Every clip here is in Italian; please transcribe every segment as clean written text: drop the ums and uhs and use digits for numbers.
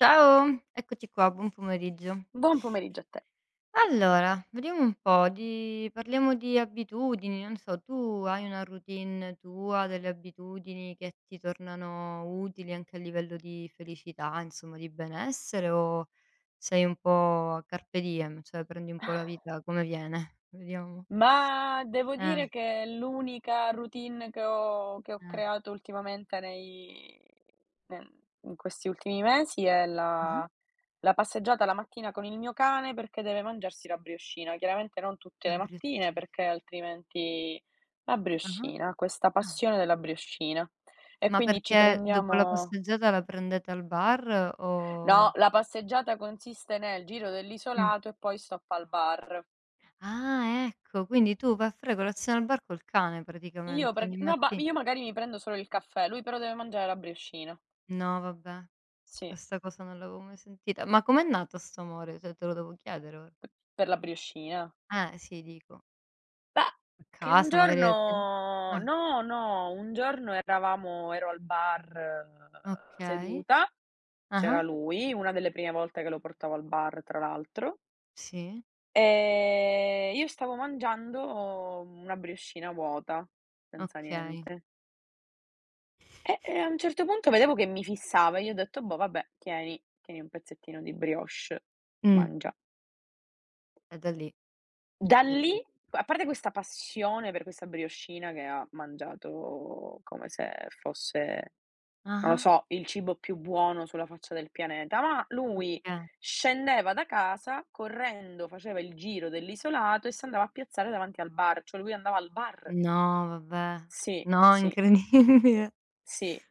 Ciao, eccoci qua, buon pomeriggio. Buon pomeriggio a te. Allora, vediamo un po' di parliamo di abitudini, non so, tu hai una routine tua, delle abitudini che ti tornano utili anche a livello di felicità, insomma di benessere o sei un po' a carpe diem, cioè prendi un po' la vita come viene? Vediamo. Ma devo Eh, dire che l'unica routine che ho eh. creato ultimamente nei ne in questi ultimi mesi è Ah-ah. la passeggiata la mattina con il mio cane, perché deve mangiarsi la briochina. Chiaramente non tutte La le mattine, briochina. perché altrimenti la Ah-ah. briochina, questa Ah. passione della briochina. E Ma quindi ci perché dopo la prendiamo passeggiata la prendete al bar no, o la passeggiata consiste nel giro mh. dell'isolato e poi stop al bar. Ah, ecco, quindi tu vai a fare colazione al bar col cane Io praticamente prati ogni no, ba matti. io magari mi prendo solo il caffè, lui però deve mangiare la briochina. No vabbè, Sì, questa cosa non l'avevo mai sentita. Ma com'è nato 'sto amore? Cioè, te lo devo chiedere ora. p per la briochina. Sì dico. Bah, A che un casa magari a cen. giorno Ah, no, no, un giorno eravamo ero al bar, okay. seduta, c'era Ah-ah, lui, una delle prime volte che lo portavo al bar tra l'altro. sì, Io stavo mangiando una briochina vuota, senza okay. niente. E a un certo punto vedevo che mi fissava e gli ho detto: "Boh, vabbè, tieni, tieni un pezzettino di brioche, Mh, mangia". e da lì Da si è. lì, a parte questa passione per questa brioscina, che ha mangiato come se fosse, non lo Ah-ah, so, il cibo più buono sulla faccia del pianeta, ma lui okay. scendeva da casa correndo, faceva il giro dell'isolato e si andava a piazzare davanti al bar, cioè lui andava al bar. No vabbè, Sì, no sì, incredibile. sì,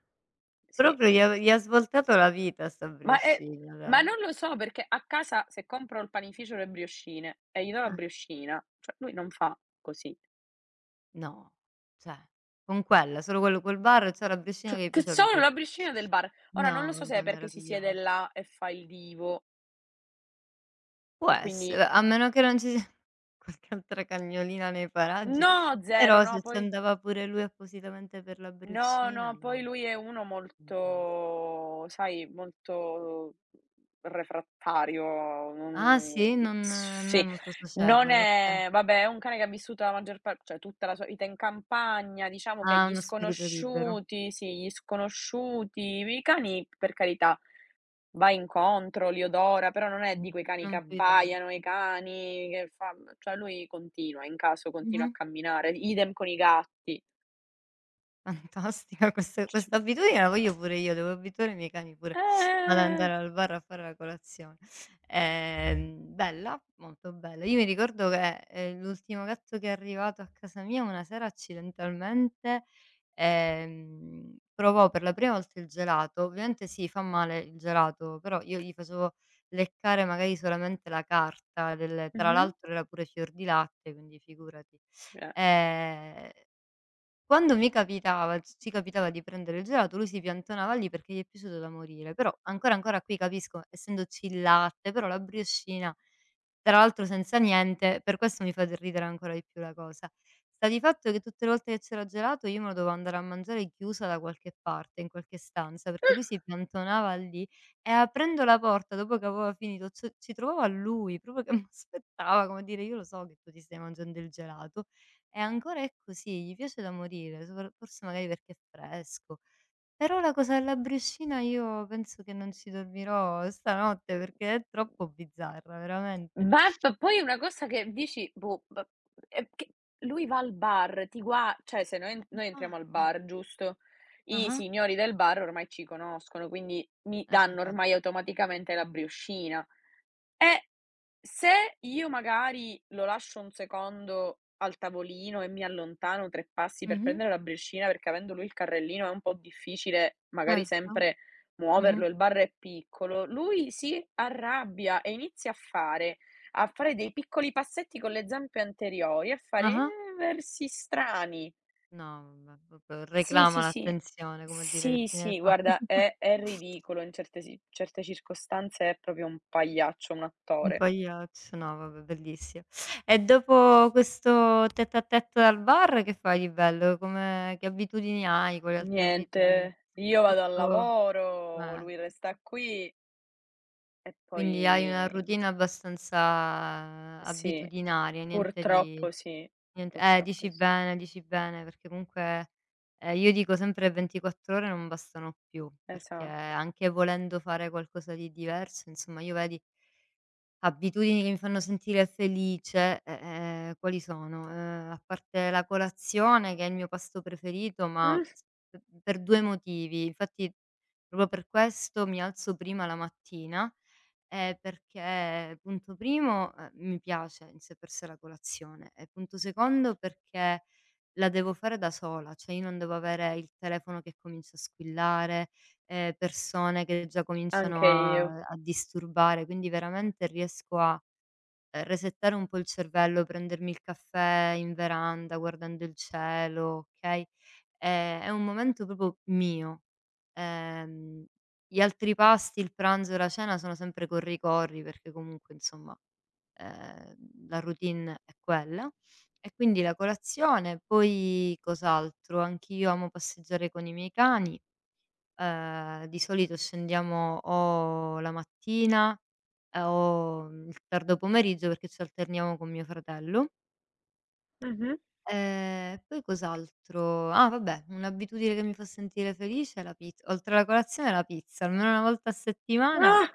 sì. Proprio gli ha svoltato la vita a 'sta Ma è brioscina ma dai. non lo so, perché a casa se compro al panificio le brioscine e gli do la Eh. brioscina, cioè lui non fa così. No, cioè con quella, solo quel bar e c'è la brecina Cioè, che gli che piace a sono lui. la piscina del bar. Ora non lo No, so se vabbè è perché si siede meraviglioso. là e fa il divo, Può e quindi essere, a meno che non ci sia qualche altra cagnolina nei paraggi, no, 0, però no, se ci poi andava pure lui appositamente per la no, brecina no, poi dai, lui è uno fantas. molto, sai, molto refrattario, Ah sì? Non è sì, molto non socievole, okay. è, vabbè, è un cane che ha vissuto la maggior par cioè tutta la sua vita in campagna, diciamo che Ah, uno spirito libero, gli sconosciuti, i cani, per carità, va incontro, li odora, però non è di quei cani che non più di tanto. abbaiano, i cani che fa cioè lui continua, in caso, continua a Mh-mh. camminare, idem con i gatti. Fantastica questa Cioè. abitudine la voglio pure io, devo abituare i miei cani pure ad Eh. andare al bar a fare la colazione. Bella, molto bella. Io mi ricordo che, l'ultimo gatto che è arrivato a casa mia una sera accidentalmente, provò per la prima volta il gelato. Ovviamente sì, fa male il gelato, però io gli facevo leccare magari solamente la carta del tra Mh-mh. l'altro era pure fior di latte, quindi figurati. Eh. Ehm quando mi capitava c ci capitava di prendere il gelato, lui si piantonava lì perché gli è piaciuto da morire, però ancora qui capisco, essendoci il latte, però la briochina, tra l'altro senza niente, per questo mi fa d ridere ancora di più la cosa. Sta di fatto che tutte le volte che c'era gelato io me lo dovevo andare a mangiare chiusa da qualche parte, in qualche stanza, perché Ah, lui si piantonava lì e aprendo la porta dopo che aveva finito, c ci trovava lui proprio che m'aspettava, come dire: "Io lo so che tu ti stai mangiando il gelato". E ancora è così, gli piace da morire, sopra forse magari perché è fresco. Però la cosa della briochina io penso che non ci dormirò stanotte perché è troppo bizzarra, veramente. ma p poi una cosa che dici: "Boh, b"... è che lui va al bar, ti gua cioè se noi entriamo al Infatti. bar, giusto, i Ah-ah. signori del bar ormai ci conoscono, quindi mi danno infa. ormai automaticamente la briochina. E Se io magari lo lascio un secondo al tavolino e mi allontano 3 passi per Mh-mh. prendere la briscina, perché avendo lui il carrellino è un po' difficile magari Certo. sempre muoverlo, Mh-mh. il bar è piccolo, lui si arrabbia e inizia a fare dei piccoli passetti con le zampe anteriori, a fare, Ah-ah. Versi strani. No, vabbè, proprio Sì, reclama sì, sì. l'attenzione, come a dire che Sì, fine sì, fa. guarda, è ridicolo, in certe circostanze è proprio un pagliaccio, un Un attore. pagliaccio, no vabbè bellissimo. E dopo questo tête à tête al bar che fai di bello? Come che abitudini hai? Quali altre abitudini? Niente, io vado al Tutto lavoro, eh, lui resta qui e poi quindi hai una routine abbastanza sì, abitudinaria, niente di purtroppo sì, nient purtroppo sì, dici bene, perché comunque, io dico sempre 24 ore non bastano più, perché esatto. anche volendo fare qualcosa di diverso, insomma io vedi. Abitudini che mi fanno sentire felice, quali sono? A parte la colazione che è il mio pasto preferito, ma Mh, s p per 2 motivi. Infatti proprio per questo mi alzo prima la mattina, perché punto primo, mi piace in sé per sé la colazione e punto secondo perché la devo fare da sola, cioè io non devo avere il telefono che comincia a squillare, persone che già cominciano anche io. A disturbare, quindi veramente riesco a, resettare un po' il cervello, prendermi il caffè in veranda guardando il cielo, okay, è un momento proprio mio. Ehm, gli altri pasti, il pranzo e la cena sono sempre corri corri, perché comunque insomma, ehm, la routine è quella. E quindi la colazione, poi cos'altro? Anch'io amo passeggiare con i miei cani. Di solito scendiamo o la mattina, o il tardo pomeriggio perché ci alterniamo con mio fratello. Mh-mh. Poi cos'altro? Ah vabbè, un'abitudine che mi fa sentire felice è la pizz oltre alla colazione la pizza, almeno una volta a settimana. Ah!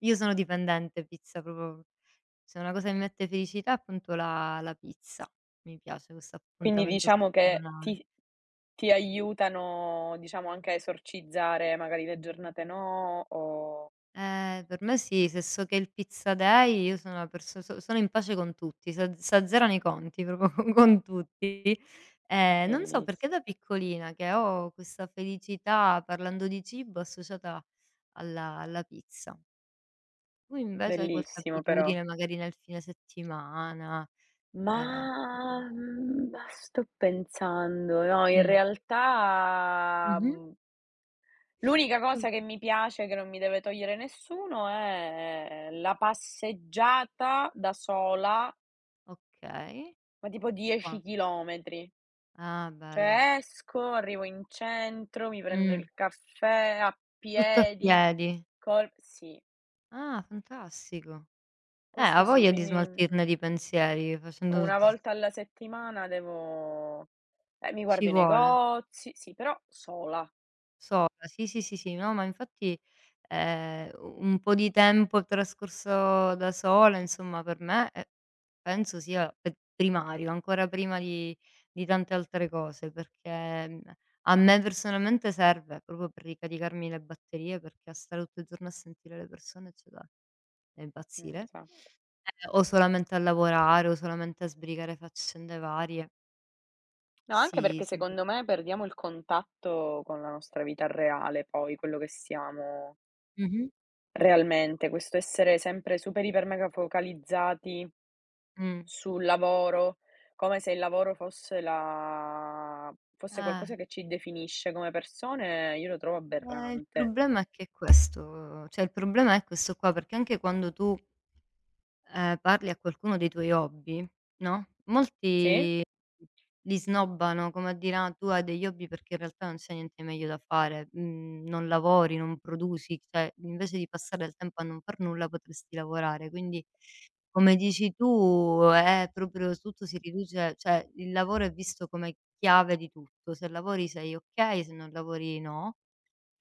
Io sono dipendente pizza, proprio se una cosa mi mette felicità è appunto la pizza. Mi piace questo Quindi appuntamento diciamo che settimanale. ti aiutano, diciamo, anche a esorcizzare magari le giornate, no? O Per me sì, se so che è il pizza day io sono una perso so sono in pace con tutti, s'azzerano i conti proprio co con tutti. Non so belliss perché da piccolina che ho questa felicità, parlando di cibo, associata alla pizza. Tu invece hai qualche bellissimo però. abitudine, magari nel fine settimana? Ma, Ehm sto pensando, no, in mh. realtà... Mh-mh. mhmm. L'unica cosa che mi piace, che non mi deve togliere nessuno, è la passeggiata da sola, Okay. ma tipo Qua 10 chilometri. ah, bella. Cioè esco, arrivo in centro, mi prendo Mh. il caffè a Tutto a piedi, piedi. col... Sì, Ah, fantastico. Ha questo sì, voglia di quindi smaltirne di pensieri facendo una tutti volta alla settimana devo... mi guardo ci i vuole, negozi, sì, però sola. sola. Sì, sì, sì, sì, no, ma infatti, u un po' di tempo trascorso da sola, insomma, per me, penso sia pe primario, ancora prima di tante altre cose, perché, mhmm, a me personalmente serve proprio per ricaricarmi le batterie, perché a stare tutto il giorno a sentire le persone c'è da Mm, impazzire. sa. O solamente a lavorare, o solamente a sbrigare faccende varie. No, anche Sì, perché simpa. secondo me perdiamo il contatto con la nostra vita reale, poi quello che siamo Mh-mh. realmente. Questo essere sempre super iper mega focalizzati Mh. sul lavoro, come se il lavoro fosse Eh, qualcosa che ci definisce come persone, io lo trovo il aberrante. problema è che è questo, cioè il problema è questo qua, perché anche quando tu parli a qualcuno dei tuoi hobby, no, Sì? molti li snobbano, come a dire: "Ah, tu hai degli hobby perché in realtà non c'è niente meglio da fare, mhmm, non lavori, non produci, cioè invece di passare del tempo a non far nulla potresti lavorare". Quindi, come dici tu, è proprio tutto si riduce cioè il lavoro è visto come chiave di tutto. Se lavori sei okay, se non lavori no.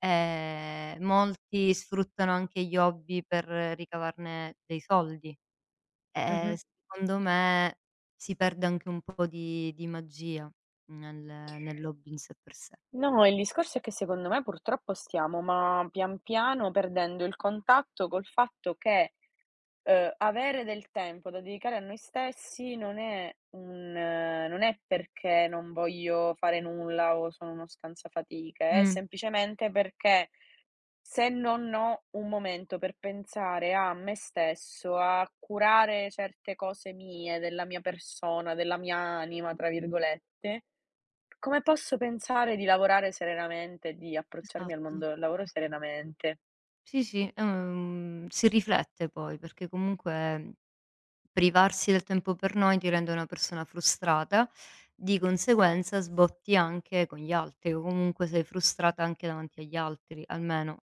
Molti sfruttano anche gli hobby per ricavarne dei soldi. Ehm, Mh-mh. secondo me si perde anche un po' di magia nel nell'hobby in sé per sé. No, il discorso è che secondo me purtroppo stiamo, ma pian piano, perdendo il contatto col fatto che... avere del tempo da dedicare a noi stessi non è un non è perché non voglio fare nulla o sono uno scansafatiche, è Mh, semplicemente perché se non ho un momento per pensare a me stesso, a curare certe cose mie, della mia persona, della mia "anima" tra virgolette, come posso pensare di lavorare serenamente, di approcciarmi al esatto. mondo del lavoro serenamente? Sì, sì, è un si riflette poi, perché comunque privarsi del tempo per noi ti rende una persona frustrata, di conseguenza sbotti anche con gli altri, o comunque sei frustrata anche davanti agli altri, almeno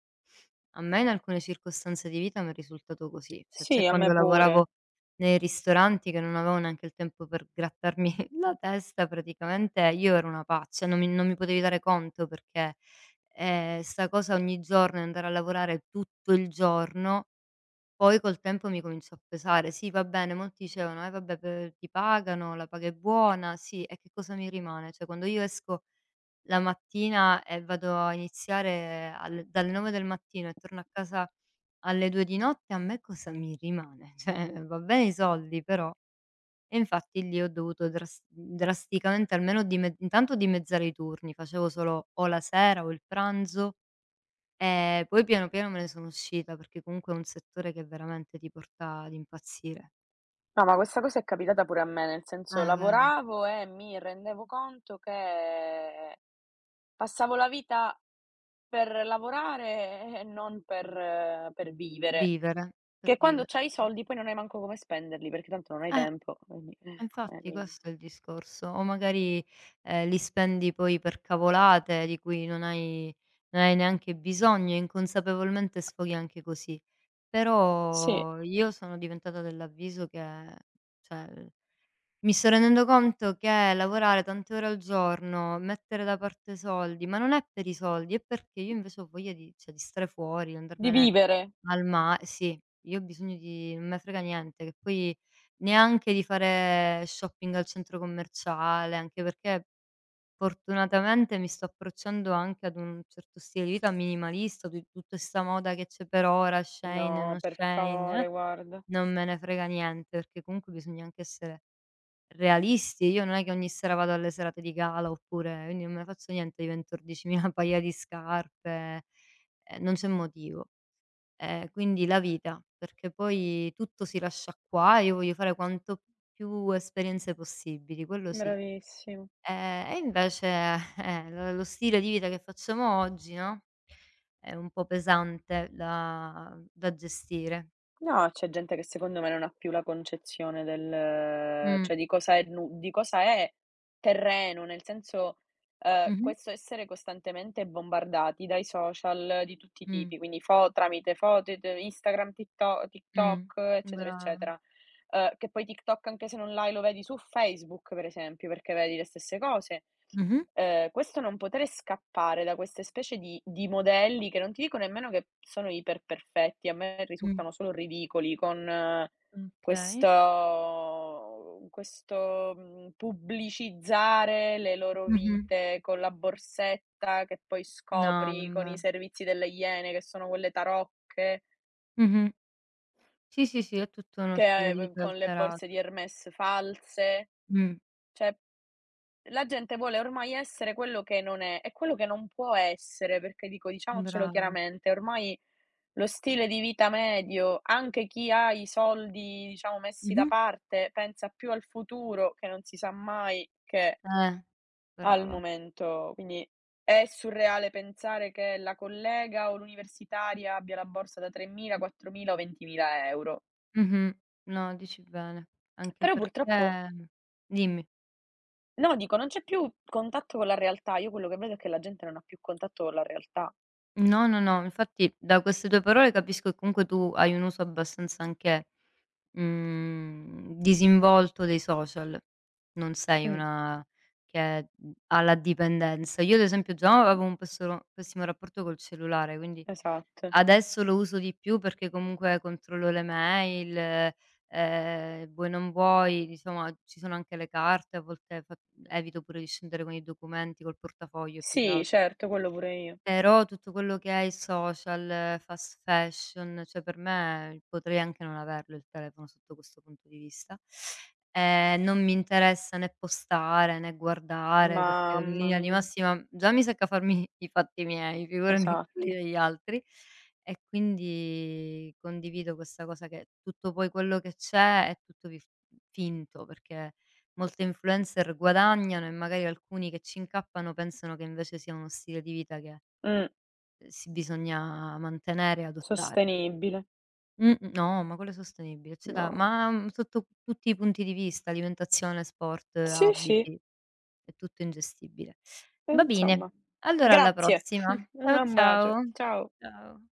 a me in alcune circostanze di vita mi è risultato così. Cioè, c'è Sì, a me quando lavoravo pure. nei ristoranti che non avevo neanche il tempo per grattarmi la testa praticamente, io ero una pazza, non mi potevi dare conto perché, 'sta cosa ogni giorno e andare a lavorare tutto il giorno poi col tempo mi cominciò a pesare. Sì, va bene, molti dicevano: "Eh vabbè, pe ti pagano, la paga è buona". Sì, e che cosa mi rimane? Cioè, quando io esco la mattina e vado a iniziare al dalle 9 del mattino e torno a casa alle 2 di notte, a me cosa mi rimane? Cioè, va bene i soldi, però e infatti lì ho dovuto drasticamente almeno dime intanto dimezzare i turni, facevo solo o la sera o il pranzo. Poi piano piano me ne sono uscita, perché comunque è un settore che veramente ti porta ad impazzire. No, ma questa cosa è capitata pure a me, nel senso, Vedi. lavoravo e mi rendevo conto che passavo la vita per lavorare e non per vivere, Vivere, per che quando vivere, c'hai i esa soldi poi non hai manco come spenderli, perché tanto non hai eh, tempo, quindi come infatti li... questo è il discorso. O magari, li spendi poi per cavolate di cui non hai neanche bisogno, inconsapevolmente sfoghi anche così. sì, Però io sono diventata dell'avviso che cioè mi sto rendendo conto che lavorare tante ore al giorno, mettere da parte soldi, ma non è per i soldi, è perché io invece ho voglia di cioè di stare fuori, di di andarmene vivere. al ma sì, io ho bisogno di non me frega niente, che poi neanche di fare shopping al centro commerciale, anche perché fortunatamente mi sto approcciando anche ad un certo stile di vita minimalista, di tutta 'sta moda che c'è per ora, Shein, No, no per Shein, favore, guarda, non me ne frega niente, perché comunque bisogna anche essere realisti, io non è che ogni sera vado alle serate di gala oppure quindi non me ne faccio niente di 14.000 paia di scarpe, non c'è motivo. Quindi la vita, perché poi tutto si lascia qua e io voglio fare quanto più esperienze possibili, quello sì. bravissimo. E invece, lo stile di vita che facciamo oggi, no, è un po' pesante da gestire. No, c'è gente che secondo me non ha più la concezione del Mh. cioè di cosa è nu di cosa è terreno, nel senso, Mh-mh. questo essere costantemente bombardati dai social di tutti i Mh. tipi, quindi fo tramite foto, t Instagram, Mh. TikTok, eccetera, Brava. eccetera. Che poi TikTok, anche se non l'hai, lo vedi su Facebook per esempio, perché vedi le stesse cose. Mh-mh. Questo non potere scappare da queste specie di modelli che non ti dico nemmeno che sono iperperfetti, a me Mh. risultano solo ridicoli con, Okay. questo pubblicizzare le loro Mh-mh. vite con la borsetta che poi No, scopri con i vabbè. servizi delle Iene che sono quelle tarocche, Mh-mh. Sì, sì, sì, è tutto uno che stile di vita con le borse alterato. di Hermès false. Mh. Cioè, la gente vuole ormai essere quello che non è e quello che non può essere, perché, dico, diciamocelo Brava. chiaramente, ormai lo stile di vita medio, anche chi ha i soldi, diciamo, messi da Mh-mh. parte, pensa più al futuro, che non si sa mai, che Eh, al brava. momento. Quindi è surreale pensare che la collega o l'universitaria abbia la borsa da 3.000, 4.000 o 20.000 euro. Mh-mh. No, dici bene. Anche Però purtroppo... perché dimmi. No, dico, non c'è più contatto con la realtà. Io quello che vedo è che la gente non ha più contatto con la realtà. No, no, no, infatti da queste tue parole capisco che comunque tu hai un uso abbastanza anche, mhmm, disinvolto dei social. Non sei Mh, una che, mhmm, ha la dipendenza. Io ad esempio già avevo un pessoro pessimo rapporto col cellulare, quindi esatto. adesso lo uso di più perché comunque controllo le mail, vuoi non vuoi, insomma ci sono anche le carte, a volte fa evito pure di scendere con i documenti, col portafoglio più che al Sì, certo, quello pure io. però tutto quello che è i social, fast fashion, cioè per me potrei anche non averlo il telefono sotto questo punto di vista. Non mi interessa né postare, né guardare, perché in Mamma linea di mia, massima già mi secca farmi i fatti miei, figurati quelli esatto. degli altri. E quindi condivido questa cosa che tutto poi quello che c'è è tutto vif finto, perché molte influencer guadagnano e magari alcuni che ci incappano pensano che invece sia uno stile di vita che Mh, si bisogna mantenere e adottare. sostenibile. No, ma quello è sostenibile, c'è da No. ma, mhmm, sotto tutti i punti di vista, alimentazione, sport, Sì, sì, abiti, è tutto ingestibile. e Va bene, insomma. allora alla Grazie, prossima. un Ciao, abbraccio. ciao. Ciao. Ciao.